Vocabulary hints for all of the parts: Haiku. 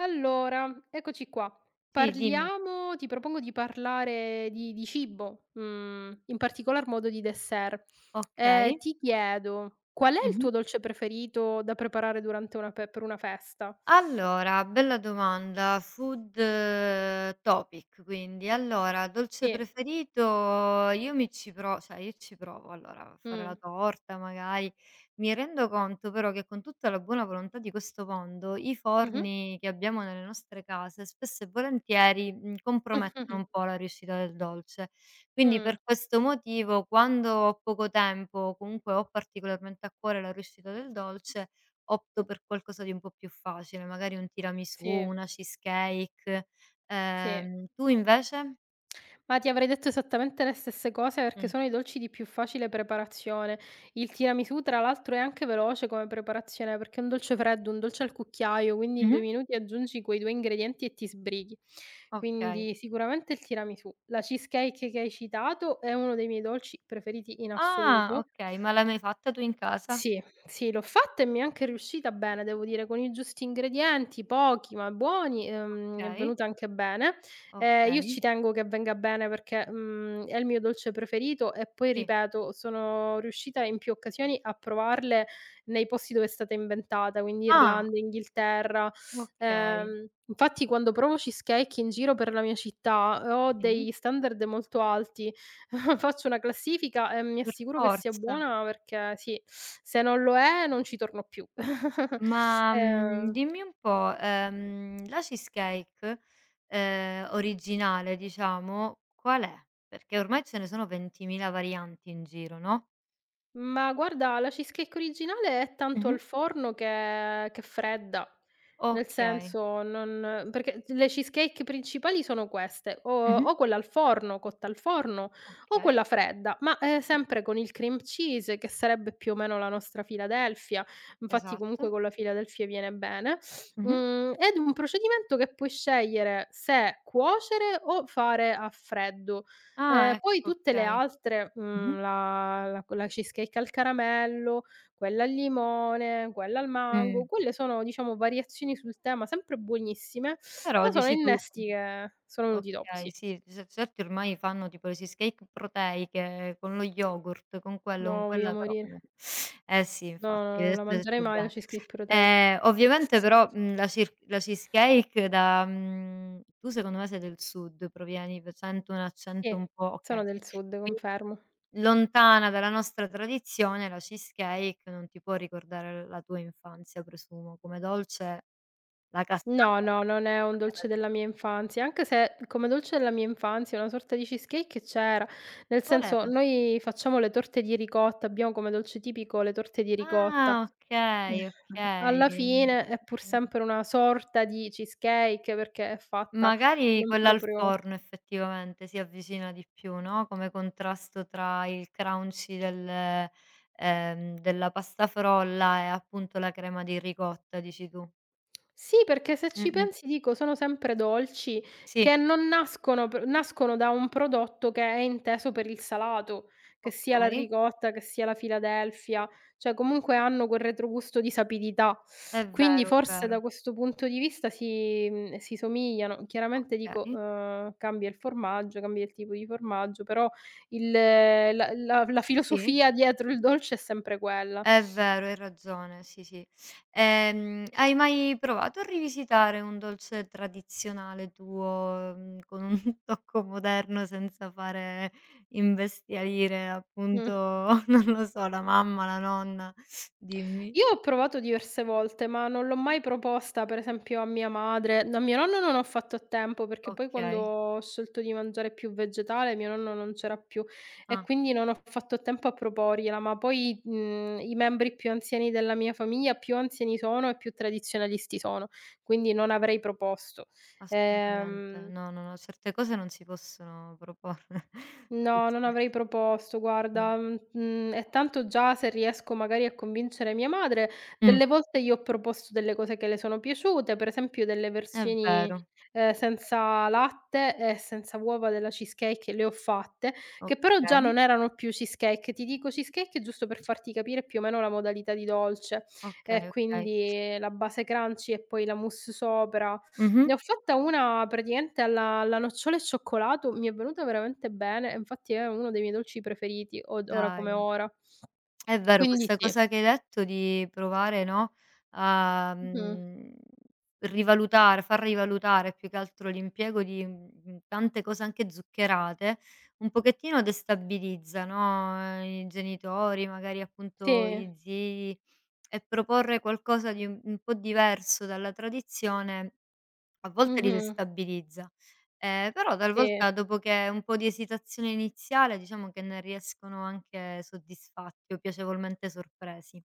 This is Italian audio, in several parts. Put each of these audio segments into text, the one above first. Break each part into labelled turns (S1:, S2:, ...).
S1: Allora, eccoci qua.
S2: Sì, dimmi.
S1: Parliamo ti propongo di parlare di cibo, mhmm, in particolar modo di dessert. Ehm,
S2: Okay.
S1: ti chiedo: qual è il
S2: Mh-mh.
S1: tuo dolce preferito da preparare durante una pe per una festa?
S2: Allora, bella domanda. Food topic quindi. Allora, dolce
S1: Sì.
S2: preferito, io mi ci pro cioè io ci provo allora a fare
S1: Mh.
S2: la torta magari. Mi rendo conto però che, con tutta la buona volontà di questo mondo, i
S1: Mh-mh.
S2: forni che abbiamo nelle nostre case spesso e volentieri, compromettono
S1: Mh-mh.
S2: un po' la riuscita del dolce. Quindi,
S1: Mh.
S2: per questo motivo, quando ho poco tempo o comunque ho particolarmente a cuore la riuscita del dolce, opto per qualcosa di un po' più facile, magari un tiramisù,
S1: Sì,
S2: una cheesecake.
S1: sì.
S2: Tu invece?
S1: Ma ti avrei detto esattamente le stesse cose perché
S2: Mh.
S1: sono i dolci di più facile preparazione. Il tiramisù, tra l'altro, è anche veloce come preparazione perché è un dolce freddo, un dolce al cucchiaio, quindi in 2
S2: Mh-mh.
S1: minuti aggiungi quei 2 ingredienti e ti sbrighi.
S2: Okay.
S1: Quindi sicuramente il tiramisù. La cheesecake che hai citato è uno dei miei dolci preferiti in
S2: Ah,
S1: assoluto.
S2: okay, ma l'hai mai fatta tu in casa?
S1: Sì, sì, l'ho fatta e mi è anche riuscita bene, devo dire, con i giusti ingredienti, pochi ma buoni, mi è
S2: Okay,
S1: venuta anche bene. Io
S2: okay,
S1: ci tengo che venga bene perché mhmm, è il mio dolce preferito e poi
S2: sì.
S1: ripeto, sono riuscita in più occasioni a provarle nei posti dove è stata inventata, quindi
S2: Ah,
S1: Irlanda, Inghilterra.
S2: okay,
S1: Infatti quando provo cheesecake in giro per la mia città, ho
S2: sì,
S1: degli standard molto alti. Faccio una classifica e mi
S2: per
S1: assicuro che sia
S2: forza.
S1: buona perché sì, se non lo è non ci torno più.
S2: Ma,
S1: Ehm
S2: dimmi un po', la cheesecake, originale diciamo, qual è? Perché ormai ce ne sono 20.000 varianti in giro, no?
S1: Ma guarda, la cheesecake originale è tanto
S2: Mh-mh.
S1: al forno che fredda. Nel
S2: Okay.
S1: senso non perché le cheesecake principali sono queste, o
S2: Mh-mh.
S1: o quella al forno, cotta al forno, o
S2: Okay.
S1: quella fredda, ma
S2: Esatto.
S1: sempre con il cream cheese, che sarebbe più o meno la nostra Philadelphia. Infatti comunque
S2: Esatto.
S1: con la Philadelphia viene bene,
S2: Mh-mh.
S1: mhmm, ed un procedimento che puoi scegliere se cuocere o fare a freddo. Ehm,
S2: Ah,
S1: poi
S2: ecco,
S1: tutte le
S2: okay.
S1: altre,
S2: Mh-mh.
S1: mhmm, la cheesecake al caramello, quella al limone, quella al mango,
S2: Mh.
S1: quelle sono diciamo variazioni sul tema sempre buonissime,
S2: Però
S1: ma sono
S2: dici tu. Mh,
S1: innesti che sono venuti dopo,
S2: okay,
S1: sì.
S2: sì, ce certi ormai fanno tipo le cheesecake proteiche con lo yogurt, con quello, con
S1: No, voglio
S2: quella, però
S1: morire.
S2: eh sì,
S1: No, no,
S2: infatti, hai
S1: non la
S2: detto hai
S1: mangerei
S2: detto
S1: mai la
S2: bene.
S1: cheesecake proteica.
S2: Ovviamente però, la cheesecake da tu, secondo me, sei del sud, provieni, p sento un accento
S1: Sì,
S2: un po',
S1: sono
S2: okay.
S1: del sud,
S2: Qui
S1: confermo.
S2: Lontana dalla nostra tradizione, la cheesecake non ti può ricordare la tua infanzia, presumo. Come dolce, la cassata.
S1: No, no, non è un dolce della mia infanzia, anche se come dolce della mia infanzia una sorta di cheesecake c'era. Nel
S2: Qual
S1: senso,
S2: era?
S1: noi facciamo le torte di ricotta, abbiamo come dolce tipico le torte di ricotta.
S2: Ah, okay, okay.
S1: Alla fine è pur
S2: Mhmm,
S1: sempre una sorta di cheesecake perché è fatta
S2: Magari
S1: non
S2: quella al
S1: proprio.
S2: forno effettivamente si avvicina di più, no, come contrasto tra il crunchy della pasta frolla e appunto la crema di ricotta, dici tu.
S1: Sì, perché se ci
S2: Mh-mh.
S1: pensi, dico, sono sempre dolci
S2: Sì,
S1: che non nascono da un prodotto che è inteso per il salato, che sia la
S2: okay.
S1: ricotta, che sia la Philadelphia, cioè comunque hanno quel retrogusto di sapidità.
S2: È
S1: Quindi
S2: vero, è
S1: forse
S2: vero.
S1: da questo punto di vista si mhmm, si somigliano. Chiaramente dico,
S2: Okay,
S1: cambia il formaggio, cambia il tipo di formaggio, però il la la la
S2: sì,
S1: filosofia dietro il dolce è sempre quella.
S2: è vero, hai ragione, sì, sì. Hai mai provato a rivisitare un dolce tradizionale tuo, con un tocco moderno senza fare imbestialire, appunto,
S1: Mh.
S2: non lo so, la mamma, la nonna? Dimmi.
S1: Io ho provato diverse volte, ma non l'ho mai proposta, per esempio, a mia madre. No, a mio nonno non ho fatto a tempo, perché poi quando
S2: Okay.
S1: ho scelto di mangiare più vegetale, mio nonno non c'era più e
S2: Ah,
S1: quindi non ho fatto a tempo a proporgliela, ma poi, mhmm, i membri più anziani della mia famiglia, più anziani sono e più tradizionalisti sono, quindi non avrei proposto.
S2: assolutamente.
S1: Ehm
S2: No, no, no, certe cose non si possono proporre. Sì,
S1: No,
S2: sì,
S1: non avrei proposto,
S2: no.
S1: guarda, mhmm, mhmm, e tanto già se riesco magari a convincere mia madre,
S2: Mh,
S1: delle volte gli ho proposto delle cose che le sono piaciute, per esempio delle
S2: è
S1: versioni
S2: vero.
S1: senza latte e senza uova della cheesecake le ho fatte, che però già
S2: Okay,
S1: non erano più cheesecake. Ti dico cheesecake giusto per farti capire più o meno la modalità di dolce,
S2: okay,
S1: e
S2: okay.
S1: quindi la base crunchy e poi la mousse sopra.
S2: Mh-mh.
S1: Ne ho fatta una praticamente alla nocciola e cioccolato, mi è venuta veramente bene, e infatti è uno dei miei dolci preferiti, od ora come
S2: Dai,
S1: ora.
S2: è vero
S1: Quindi
S2: questa
S1: sì.
S2: cosa che hai detto, di provare, no, a,
S1: Mh-mh.
S2: mhmm, rivalutare, far rivalutare più che altro l'impiego di, tante cose anche zuccherate. Un pochettino destabilizza, no, i genitori, magari appunto
S1: Sì.
S2: gli zii, e proporre qualcosa di un po' diverso dalla tradizione a volte li
S1: Mh-mh.
S2: destabilizza. Però
S1: Sì.
S2: talvolta, dopo che un po' di esitazione iniziale, diciamo che ne riescono anche soddisfatti o piacevolmente sorpresi.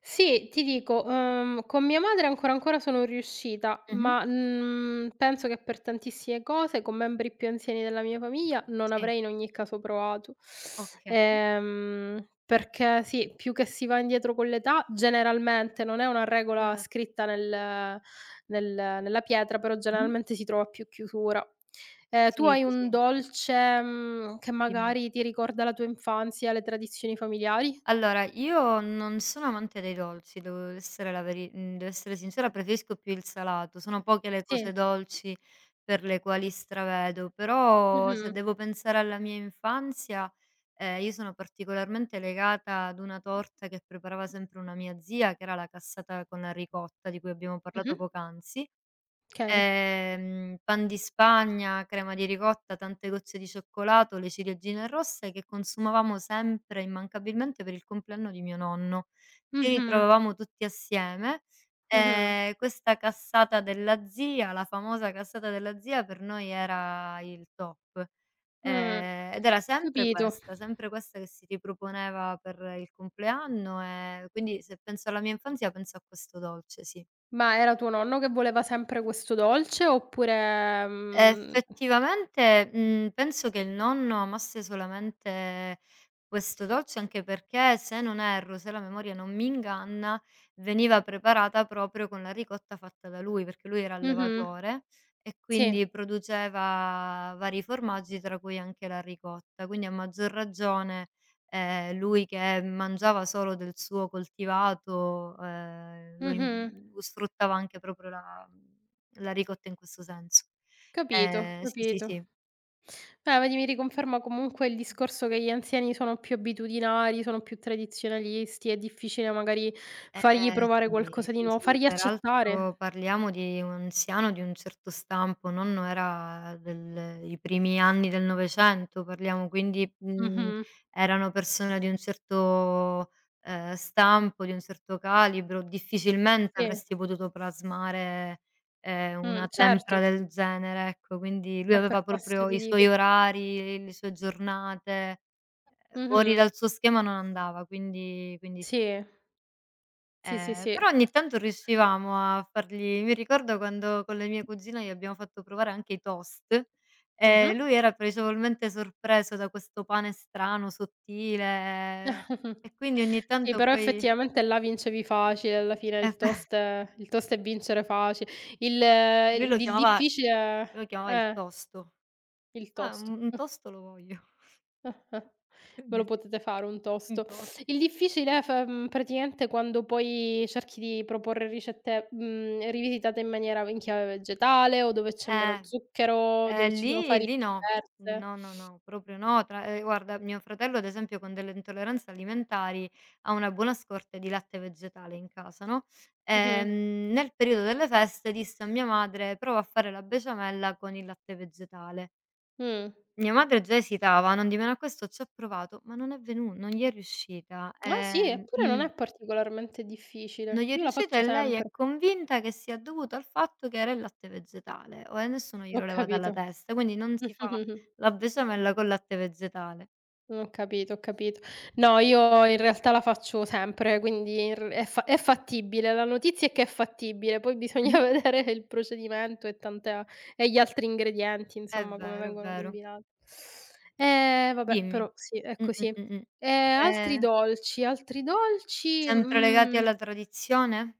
S1: Sì, ti dico, con mia madre ancora sono riuscita,
S2: Mh-mh.
S1: ma mhmm, penso che per tantissime cose con membri più anziani della mia famiglia non
S2: Sì,
S1: avrei in ogni caso provato.
S2: okay.
S1: Perché sì, più che si va indietro con l'età, generalmente non è una regola
S2: Cer
S1: scritta nel nel nella pietra, però
S2: Mh-mh.
S1: generalmente si trova più chiusura. Tu
S2: Sì,
S1: hai
S2: sì, sì,
S1: un dolce mhmm, che
S2: dimmi.
S1: magari ti ricorda la tua infanzia, le tradizioni familiari?
S2: Allora, io non sono amante dei dolci, devo essere devo essere sincera, preferisco più il salato. Sono poche le cose
S1: Sì.
S2: dolci per le quali stravedo, però, se
S1: Mh-mh.
S2: devo pensare alla mia infanzia, io sono particolarmente legata ad una torta che preparava sempre una mia zia, che era la cassata con la ricotta, di cui abbiamo parlato
S1: Mh-mh.
S2: poc'anzi.
S1: Okay.
S2: Pan di Spagna, crema di ricotta, tante gocce di cioccolato, le ciliegine rosse, che consumavamo sempre immancabilmente per il compleanno di mio nonno. Ci
S1: Mh-mh,
S2: ritrovavamo tutti assieme,
S1: mh-mh,
S2: questa cassata della zia, la famosa cassata della zia, per noi era il top.
S1: mh.
S2: Ed era
S1: Capito.
S2: sempre questa che si riproponeva per il compleanno, quindi se penso alla mia infanzia penso a questo dolce, sì.
S1: Ma era tuo nonno che voleva sempre questo dolce oppure? Mhmm
S2: Effettivamente, penso che il nonno amasse solamente questo dolce, anche perché, se non erro, se la memoria non mi inganna, veniva preparata proprio con la ricotta fatta da lui, perché lui era
S1: mh-mh,
S2: allevatore e
S1: sì.
S2: quindi produceva vari formaggi, tra cui anche la ricotta. Quindi a maggior ragione, lui, che mangiava solo del suo coltivato, lo in
S1: Mh-mh.
S2: sfruttava anche proprio la ricotta in questo senso.
S1: Capito,
S2: Sì, sì,
S1: capito.
S2: sì.
S1: Beh, vedi, mi riconferma comunque il discorso che gli anziani sono più abitudinari, sono più tradizionalisti, è difficile magari fargli
S2: Eh,
S1: provare
S2: sì,
S1: qualcosa di
S2: sì,
S1: nuovo,
S2: sì,
S1: fargli accettare.
S2: peraltro parliamo di un anziano di un certo stampo. Nonno era del i primi anni del '900, parliamo, quindi,
S1: Mh-mh.
S2: erano persone di un certo, stampo, di un certo calibro. Difficilmente
S1: Sì.
S2: avresti potuto plasmare, una
S1: Certo.
S2: tempra del genere, ecco. Quindi lui
S1: È
S2: aveva
S1: per questo
S2: proprio
S1: ti
S2: i suoi
S1: dico.
S2: orari, le sue giornate, fuori
S1: Mh-mh.
S2: dal suo schema non andava, quindi.
S1: Sì. Sì, sì,
S2: Ehm,
S1: sì.
S2: però ogni tanto riuscivamo a fargli mi ricordo quando, con le mie cugine, gli abbiamo fatto provare anche i toast,
S1: Mh-mh.
S2: lui era piacevolmente sorpreso da questo pane strano, sottile, e quindi ogni
S1: Sì,
S2: tanto
S1: però
S2: poi
S1: effettivamente là vincevi facile, alla fine
S2: eh,
S1: il toast il toast è vincere faci
S2: lui lo
S1: il
S2: chiamava lui lo
S1: difficile
S2: chiamava il tosto.
S1: il
S2: "Ah,
S1: toast.
S2: un tosto lo voglio."
S1: Eh, ve lo
S2: Quindi sì,
S1: potete fare un
S2: un toast.
S1: toast. Il difficile f mhmm, praticamente quando poi cerchi di proporre ricette mhmm, rivisitate in maniera in chiave vegetale o dove c'è meno
S2: Eh.
S1: zucchero, dove ci sono
S2: Lì
S1: farine
S2: lì no.
S1: diverse.
S2: No, no, no, proprio no. Tra Guarda, mio fratello, ad esempio, con delle intolleranze alimentari, ha una buona scorta di latte vegetale in casa, no,
S1: Mh-mh.
S2: nel periodo delle feste disse a mia madre: "Prova a fare la besciamella con il latte vegetale".
S1: Mh.
S2: Mia madre già esitava, non di meno a questo ci ha provato, ma non gli è riuscita.
S1: Ah sì? Eppure non è particolarmente
S2: Non
S1: difficile.
S2: gli è
S1: Io la
S2: riuscito
S1: faccio
S2: e lei è
S1: sempre.
S2: convinta che sia dovuto al fatto che era il latte vegetale, o e nessuno
S1: Ho
S2: glielo leva dalla
S1: capito.
S2: testa, quindi non si fa la besciamella col latte vegetale.
S1: Ho capito, ho capito. No, io in realtà la faccio sempre, quindi in r è fa è fattibile. La notizia è che è fattibile, poi bisogna
S2: Mh-mh.
S1: vedere il procedimento e tanta e gli altri ingredienti,
S2: È
S1: insomma, come
S2: vero, è
S1: vengono
S2: vero.
S1: combinati. Vabbè,
S2: Dimmi.
S1: però sì, è
S2: Mh, mh,
S1: così.
S2: mh, mh.
S1: Altri
S2: Ehm,
S1: dolci, altri dolci.
S2: sempre legati
S1: Mhmm
S2: alla tradizione?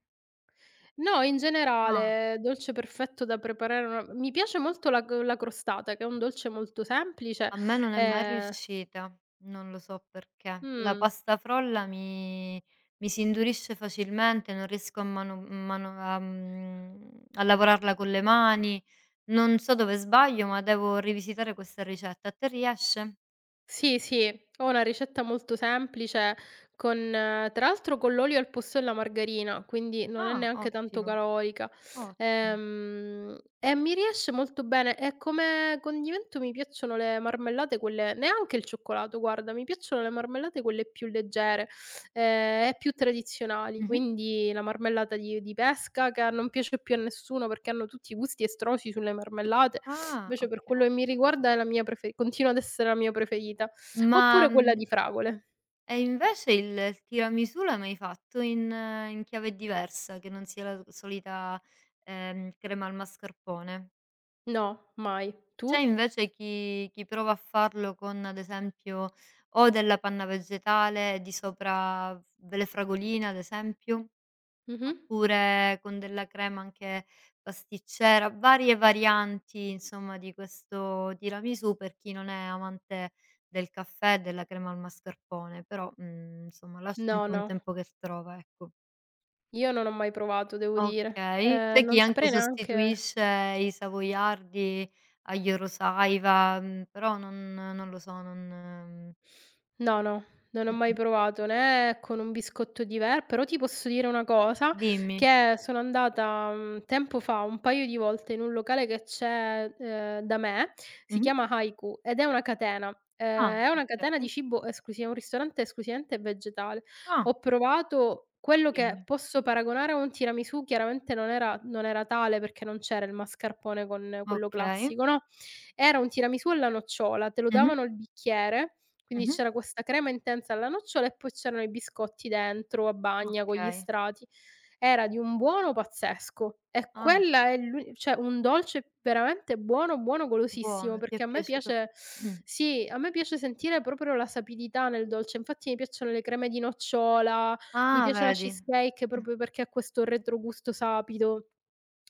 S1: No, in
S2: Ah.
S1: generale, dolce perfetto da preparare, una mi piace molto la crostata, che è un dolce molto semplice.
S2: A me non è mai
S1: ehm
S2: riuscita, non lo so perché. La
S1: mh.
S2: pasta frolla mi si indurisce facilmente, non riesco a mano mano a lavorarla con le mani. Non so dove sbaglio, ma devo rivisitare questa ricetta. A te riesce?
S1: Sì, sì, ho una ricetta molto semplice con tra l'altro con l'olio al posto della margarina, quindi non è
S2: Ah,
S1: neanche tanto
S2: ottimo,
S1: calorica.
S2: ottimo.
S1: E mi riesce molto bene e come condimento mi piacciono le marmellate, quelle neanche il cioccolato, guarda, mi piacciono le marmellate quelle più leggere, e più tradizionali,
S2: Mh-mh.
S1: quindi la marmellata di pesca, che non piace più a nessuno perché hanno tutti i gusti estrosi sulle marmellate.
S2: Ah,
S1: Invece per quello che
S2: okay.
S1: mi riguarda è la mia prefe continua ad essere la mia preferita.
S2: Ma,
S1: Oppure quella di fragole.
S2: e invece il tiramisù l'hai mai fatto in chiave diversa, che non sia la solita, crema al mascarpone?
S1: No, mai.
S2: C'è
S1: Tu?
S2: invece chi prova a farlo con, ad esempio, o della panna vegetale, e di sopra f delle fragoline, ad esempio,
S1: Mh-mh.
S2: oppure con della crema anche pasticcera, varie varianti, insomma, di questo tiramisù, per chi non è amante del caffè e della crema al mascarpone, però, insomma, lascia un
S1: No,
S2: po' in
S1: no,
S2: tempo che trova, ecco.
S1: io non ho mai provato, devo dire.
S2: Okay. C'è chi
S1: Non
S2: anche
S1: saprei neanche.
S2: sostituisce i savoiardi agli Eurosaiva, però non lo so, non
S1: No, no, non ho mai
S2: mh-mh.
S1: provato né con un biscotto diver però ti posso dire una cosa,
S2: Dimmi.
S1: che sono andata mhmm, tempo fa, un paio di volte in un locale che c'è da me, si
S2: Mh-mh.
S1: chiama Haiku ed è una catena.
S2: Ah,
S1: È una catena di
S2: okay.
S1: cibo esclusi è un ristorante esclusivamente vegetale.
S2: Ah,
S1: Ho provato quello che
S2: dimmi.
S1: posso paragonare a un tiramisù, chiaramente non era tale perché non c'era il mascarpone con quello
S2: Okay.
S1: classico, no, era un tiramisù alla nocciola, te lo
S2: Mh-mh,
S1: davano il bicchiere, quindi
S2: mh-mh.
S1: c'era questa crema intensa alla nocciola e poi c'erano i biscotti dentro a bagna con gli
S2: Okay.
S1: strati. Era di un buono pazzesco e
S2: Ah,
S1: quella è l'u cioè un dolce veramente buono, buono, golosissimo,
S2: buono, ti è
S1: perché a me
S2: piaciuto.
S1: piace
S2: Mh.
S1: sì, a me piace sentire proprio la sapidità nel dolce. Infatti mi piacciono le creme di nocciola, mi
S2: Ah,
S1: piace la
S2: vedi.
S1: cheesecake
S2: Mh.
S1: proprio perché ha questo retrogusto sapido.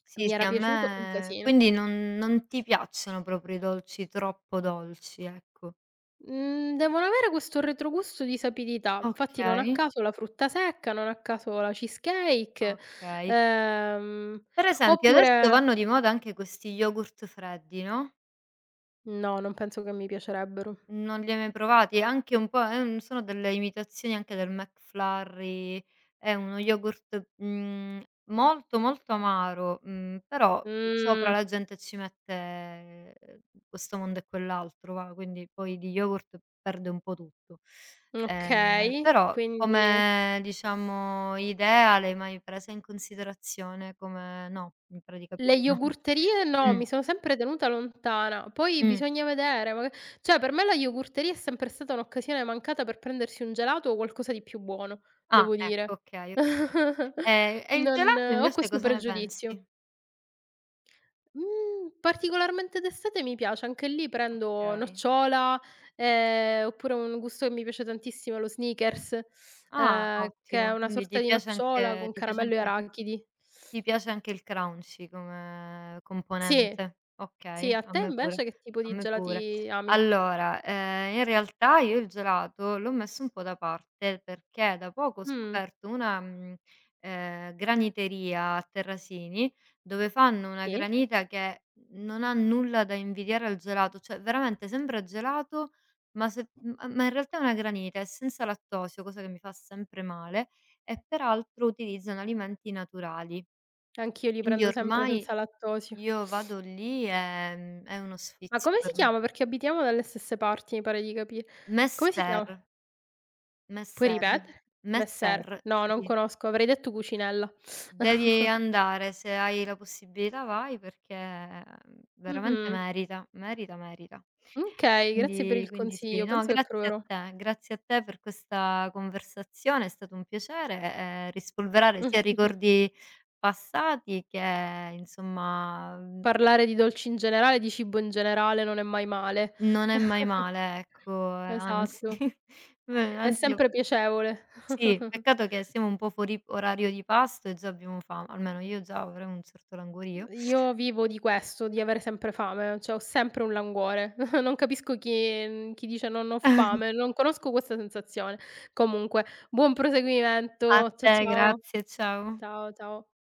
S2: Sì,
S1: Mi
S2: sì,
S1: era
S2: a
S1: piaciuto un
S2: me
S1: casino.
S2: quindi, non ti piacciono proprio i dolci troppo dolci, ecco.
S1: Mhmm, devono avere questo retrogusto di sapidità. Infatti non a
S2: Okay,
S1: caso la frutta secca, non a caso la cheesecake,
S2: okay.
S1: ehm,
S2: Per esempio, adesso
S1: oppure
S2: vanno di moda anche questi yogurt freddi, no,
S1: no, non penso che mi piacerebbero.
S2: non li hai mai provati? Anche un po', è un sono delle imitazioni anche del McFlurry, è uno yogurt, molto, molto amaro, però sopra
S1: Mh,
S2: la gente ci mette, questo mondo e quell'altro, va, quindi poi di yogurt perde un po' tutto. Ehm,
S1: okay,
S2: però
S1: quindi
S2: come, diciamo, idea, l'hai mai presa in considerazione come, no, mi pare di
S1: le
S2: capire di no.
S1: yogurterie no,
S2: Mh.
S1: mi sono sempre tenuta lontana. Poi
S2: Mh.
S1: bisogna vedere, maga cioè per me la yogurteria è sempre stata un'occasione mancata per prendersi un gelato o qualcosa di più buono,
S2: Ah,
S1: devo
S2: ecco,
S1: dire.
S2: okay, okay. E il
S1: Non
S2: gelato
S1: ho
S2: invece
S1: questo
S2: cosa ne
S1: pregiudizio.
S2: pensi?
S1: Mhmm, particolarmente d'estate mi piace, anche lì prendo
S2: Okay.
S1: nocciola, oppure un gusto che mi piace tantissimo è lo Snickers,
S2: Ah,
S1: che è
S2: ottimo.
S1: una
S2: Quindi
S1: sorta
S2: ti
S1: di
S2: piace
S1: nocciola
S2: anche,
S1: con caramello e arachidi.
S2: ti piace anche il crunchy come
S1: Sì,
S2: componente?
S1: sì,
S2: Okay,
S1: a
S2: a
S1: te
S2: me
S1: invece
S2: pure,
S1: che tipo
S2: a
S1: di
S2: me pure.
S1: gelati ami?
S2: Allora, in realtà io il gelato l'ho messo un po' da parte, perché da poco ho
S1: Mh,
S2: scoperto una, graniteria a Terrasini, dove fanno una
S1: sì,
S2: granita che non ha nulla da invidiare al gelato, cioè veramente sembra gelato, ma se m ma in realtà è una granita, è senza lattosio, cosa che mi fa sempre male, e peraltro utilizzano alimenti naturali.
S1: anch'io li
S2: Quindi
S1: prendo sempre
S2: ormai
S1: senza lattosio.
S2: io vado lì, è uno
S1: Ma
S2: sfizio
S1: come si
S2: per me.
S1: chiama? Perché abitiamo dalle stesse parti, mi pare di capi come si
S2: Messer,
S1: chiama? Puoi
S2: messer,
S1: ripetere? Messer.
S2: messer,
S1: No,
S2: sì,
S1: non
S2: sì.
S1: conosco, avrei detto Cucinella.
S2: Devi andare, se hai la possibilità vai, perché, veramente
S1: Mh-mh.
S2: merita, merita, merita.
S1: Okay, grazie per
S2: Quindi
S1: il
S2: quindi sì,
S1: consiglio,
S2: no,
S1: penso che proverò.
S2: grazie a te per questa conversazione, è stato un piacere, rispolverare sia
S1: Mh-mh.
S2: ricordi passati che, insomma, mhmm
S1: Parlare di dolci in generale, di cibo in generale non è mai male.
S2: non è mai male, ecco, anzi,
S1: Esatto,
S2: beh,
S1: è
S2: anzi io,
S1: sempre piacevole.
S2: sì, peccato che siamo un po' fuori orario di pasto e già abbiamo fame, almeno io già avrei un certo languorio.
S1: Io vivo di questo, di avere sempre fame, cioè ho sempre un languore. Non capisco chi mhmm, chi dice: "Non ho fame", non conosco questa sensazione. Comunque, buon
S2: A
S1: proseguimento.
S2: te,
S1: Ciao.
S2: grazie, ciao.
S1: Ciao, ciao.